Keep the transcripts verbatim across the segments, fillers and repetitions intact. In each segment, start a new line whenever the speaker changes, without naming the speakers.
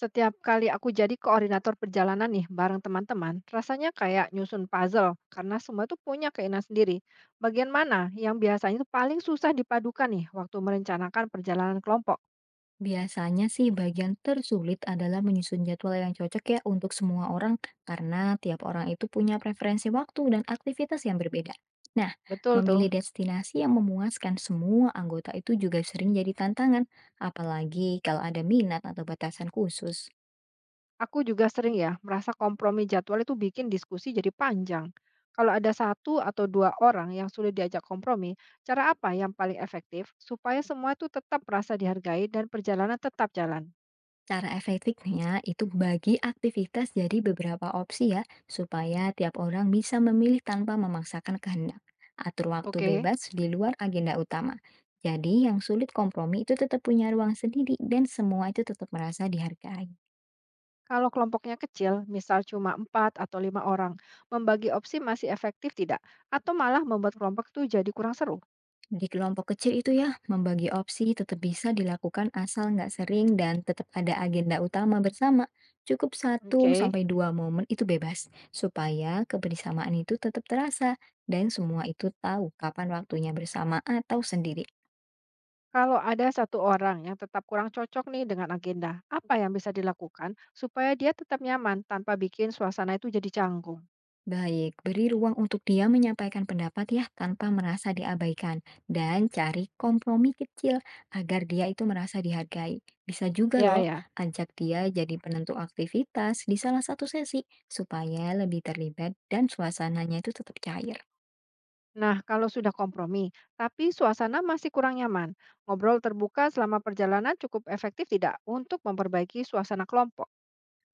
Setiap kali aku jadi koordinator perjalanan nih bareng teman-teman, rasanya kayak nyusun puzzle karena semua itu punya keinginan sendiri. Bagian mana yang biasanya itu paling susah dipadukan nih waktu merencanakan perjalanan kelompok?
Biasanya sih bagian tersulit adalah menyusun jadwal yang cocok ya untuk semua orang karena tiap orang itu punya preferensi waktu dan aktivitas yang berbeda. Nah,
Betul tuh.
memilih destinasi yang memuaskan semua anggota itu juga sering jadi tantangan, apalagi kalau ada minat atau batasan khusus.
Aku juga sering ya merasa kompromi jadwal itu bikin diskusi jadi panjang. Kalau ada satu atau dua orang yang sulit diajak kompromi, cara apa yang paling efektif supaya semua itu tetap merasa dihargai dan perjalanan tetap jalan?
Cara efektifnya itu bagi aktivitas jadi beberapa opsi ya, supaya tiap orang bisa memilih tanpa memaksakan kehendak. Atur waktu
Oke.
bebas di luar agenda utama. Jadi yang sulit kompromi itu tetap punya ruang sendiri dan semua itu tetap merasa dihargai.
Kalau kelompoknya kecil, misal cuma empat atau lima orang, membagi opsi masih efektif tidak? Atau malah membuat kelompok itu jadi kurang seru?
Di kelompok kecil itu ya, membagi opsi tetap bisa dilakukan asal nggak sering dan tetap ada agenda utama bersama. Cukup satu
Oke.
sampai dua momen itu bebas, supaya kebersamaan itu tetap terasa dan semua itu tahu kapan waktunya bersama atau sendiri.
Kalau ada satu orang yang tetap kurang cocok nih dengan agenda, apa yang bisa dilakukan supaya dia tetap nyaman tanpa bikin suasana itu jadi canggung?
Baik, beri ruang untuk dia menyampaikan pendapat ya tanpa merasa diabaikan dan cari kompromi kecil agar dia itu merasa dihargai. Bisa juga
Ya,
loh
ya.
ajak dia jadi penentu aktivitas di salah satu sesi supaya lebih terlibat dan suasananya itu tetap cair.
Nah, kalau sudah kompromi, tapi suasana masih kurang nyaman, ngobrol terbuka selama perjalanan cukup efektif tidak untuk memperbaiki suasana kelompok?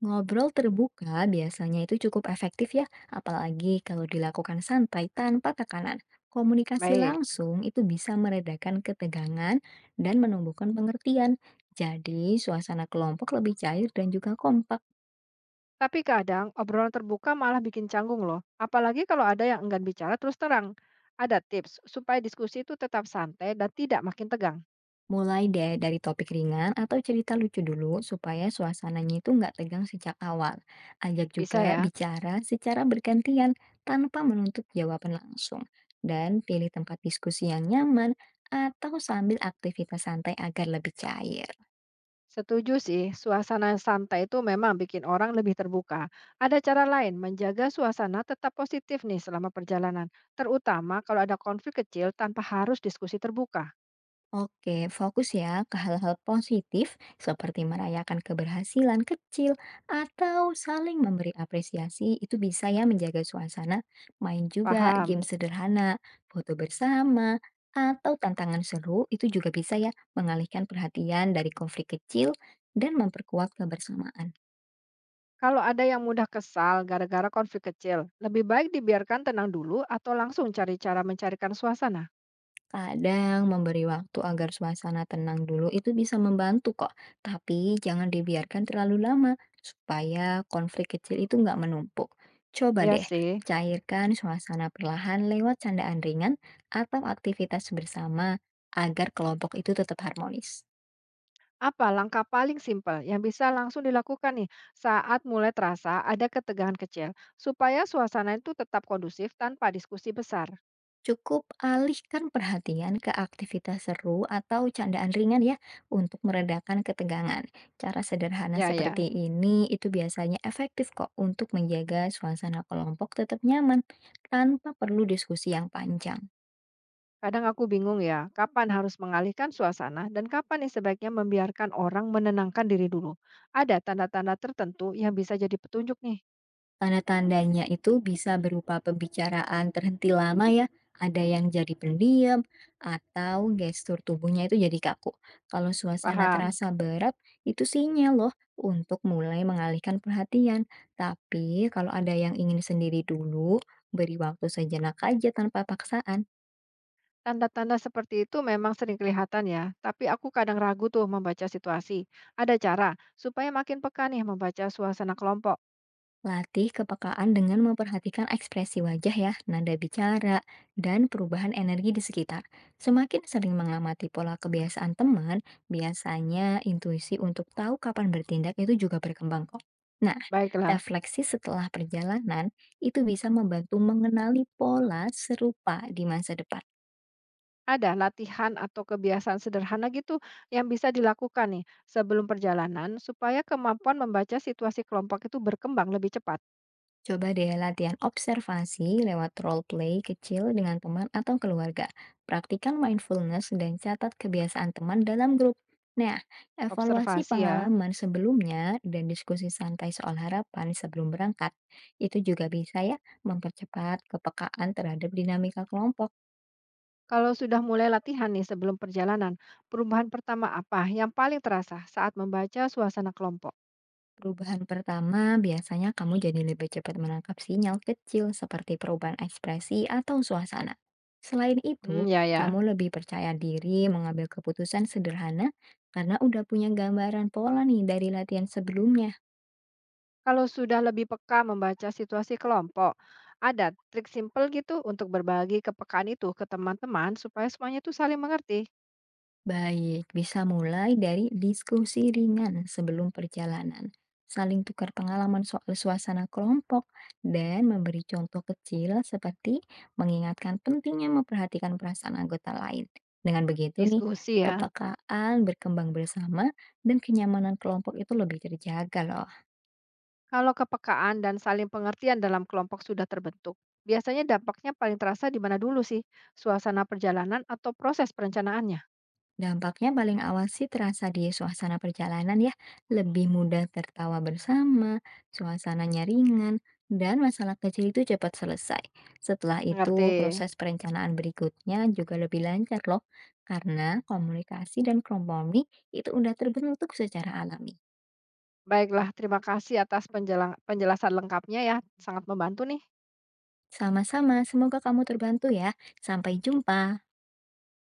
Ngobrol terbuka biasanya itu cukup efektif ya, apalagi kalau dilakukan santai tanpa tekanan. Komunikasi
Baik.
langsung itu bisa meredakan ketegangan dan menumbuhkan pengertian. Jadi, suasana kelompok lebih cair dan juga kompak.
Tapi kadang obrolan terbuka malah bikin canggung loh. Apalagi kalau ada yang enggan bicara terus terang. Ada tips supaya diskusi itu tetap santai dan tidak makin tegang.
Mulai deh dari topik ringan atau cerita lucu dulu supaya suasananya itu nggak tegang sejak awal. Ajak
Bisa
juga
ya?
bicara secara bergantian tanpa menuntut jawaban langsung. Dan pilih tempat diskusi yang nyaman atau sambil aktivitas santai agar lebih cair.
Setuju sih, suasana santai itu memang bikin orang lebih terbuka. Ada cara lain menjaga suasana tetap positif nih selama perjalanan, terutama kalau ada konflik kecil tanpa harus diskusi terbuka.
Oke, fokus ya ke hal-hal positif seperti merayakan keberhasilan kecil atau saling memberi apresiasi itu bisa ya menjaga suasana. Main juga game
Paham?
sederhana, foto bersama, atau tantangan seru itu juga bisa ya mengalihkan perhatian dari konflik kecil dan memperkuat kebersamaan.
Kalau ada yang mudah kesal gara-gara konflik kecil, lebih baik dibiarkan tenang dulu atau langsung cari cara mencarikan suasana.
Kadang memberi waktu agar suasana tenang dulu itu bisa membantu kok, tapi jangan dibiarkan terlalu lama supaya konflik kecil itu nggak menumpuk. Coba
Iya
deh,
sih.
cairkan suasana perlahan lewat candaan ringan atau aktivitas bersama agar kelompok itu tetap harmonis.
Apa langkah paling simpel yang bisa langsung dilakukan nih saat mulai terasa ada ketegangan kecil supaya suasana itu tetap kondusif tanpa diskusi besar?
Cukup alihkan perhatian ke aktivitas seru atau candaan ringan ya untuk meredakan ketegangan. Cara sederhana
Ya, ya,
seperti ini itu biasanya efektif kok untuk menjaga suasana kelompok tetap nyaman tanpa perlu diskusi yang panjang.
kadang aku bingung ya, kapan harus mengalihkan suasana dan kapan nih sebaiknya membiarkan orang menenangkan diri dulu. Ada tanda-tanda tertentu yang bisa jadi petunjuk nih.
Tanda-tandanya itu bisa berupa pembicaraan terhenti lama ya, ada yang jadi pendiam, atau gestur tubuhnya itu jadi kaku. Kalau suasana
Paham?
terasa berat, itu sinyal loh untuk mulai mengalihkan perhatian. Tapi kalau ada yang ingin sendiri dulu, beri waktu sejenak aja tanpa paksaan.
Tanda-tanda seperti itu memang sering kelihatan ya, tapi aku kadang ragu tuh membaca situasi. Ada cara supaya makin peka nih membaca suasana kelompok.
Latih kepekaan dengan memperhatikan ekspresi wajah ya, nada bicara, dan perubahan energi di sekitar. Semakin sering mengamati pola kebiasaan teman, biasanya intuisi untuk tahu kapan bertindak itu juga berkembang kok. Nah,
Baiklah.
refleksi setelah perjalanan itu bisa membantu mengenali pola serupa di masa depan.
Ada latihan atau kebiasaan sederhana gitu yang bisa dilakukan nih sebelum perjalanan supaya kemampuan membaca situasi kelompok itu berkembang lebih cepat.
Coba deh latihan observasi lewat role play kecil dengan teman atau keluarga. Praktikan mindfulness dan catat kebiasaan teman dalam grup. Nah, evaluasi
Observasi ya.
pengalaman sebelumnya dan diskusi santai soal harapan sebelum berangkat, itu juga bisa ya mempercepat kepekaan terhadap dinamika kelompok.
Kalau sudah mulai latihan nih sebelum perjalanan, perubahan pertama apa yang paling terasa saat membaca suasana kelompok?
Perubahan pertama biasanya kamu jadi lebih cepat menangkap sinyal kecil seperti perubahan ekspresi atau suasana. Selain
Hmm,
itu,
ya, ya.
kamu lebih percaya diri mengambil keputusan sederhana karena udah punya gambaran pola nih dari latihan sebelumnya.
Kalau sudah lebih peka membaca situasi kelompok, ada trik simple gitu untuk berbagi kepekaan itu ke teman-teman supaya semuanya tuh saling mengerti.
Baik, bisa mulai dari diskusi ringan sebelum perjalanan, saling tukar pengalaman soal suasana kelompok, dan memberi contoh kecil seperti mengingatkan pentingnya memperhatikan perasaan anggota lain. Dengan begitu nih,
Diskusi ya.
kepekaan berkembang bersama dan kenyamanan kelompok itu lebih terjaga loh.
Kalau kepekaan dan saling pengertian dalam kelompok sudah terbentuk, biasanya dampaknya paling terasa di mana dulu sih? Suasana perjalanan atau proses perencanaannya?
Dampaknya paling awal sih terasa di suasana perjalanan ya, lebih mudah tertawa bersama, suasananya ringan, dan masalah kecil itu cepat selesai. Setelah
Mengerti.
itu, proses perencanaan berikutnya juga lebih lancar loh, karena komunikasi dan kompromi itu udah terbentuk secara alami.
Baiklah, terima kasih atas penjela- penjelasan lengkapnya ya. Sangat membantu nih.
Sama-sama, semoga kamu terbantu ya. Sampai jumpa.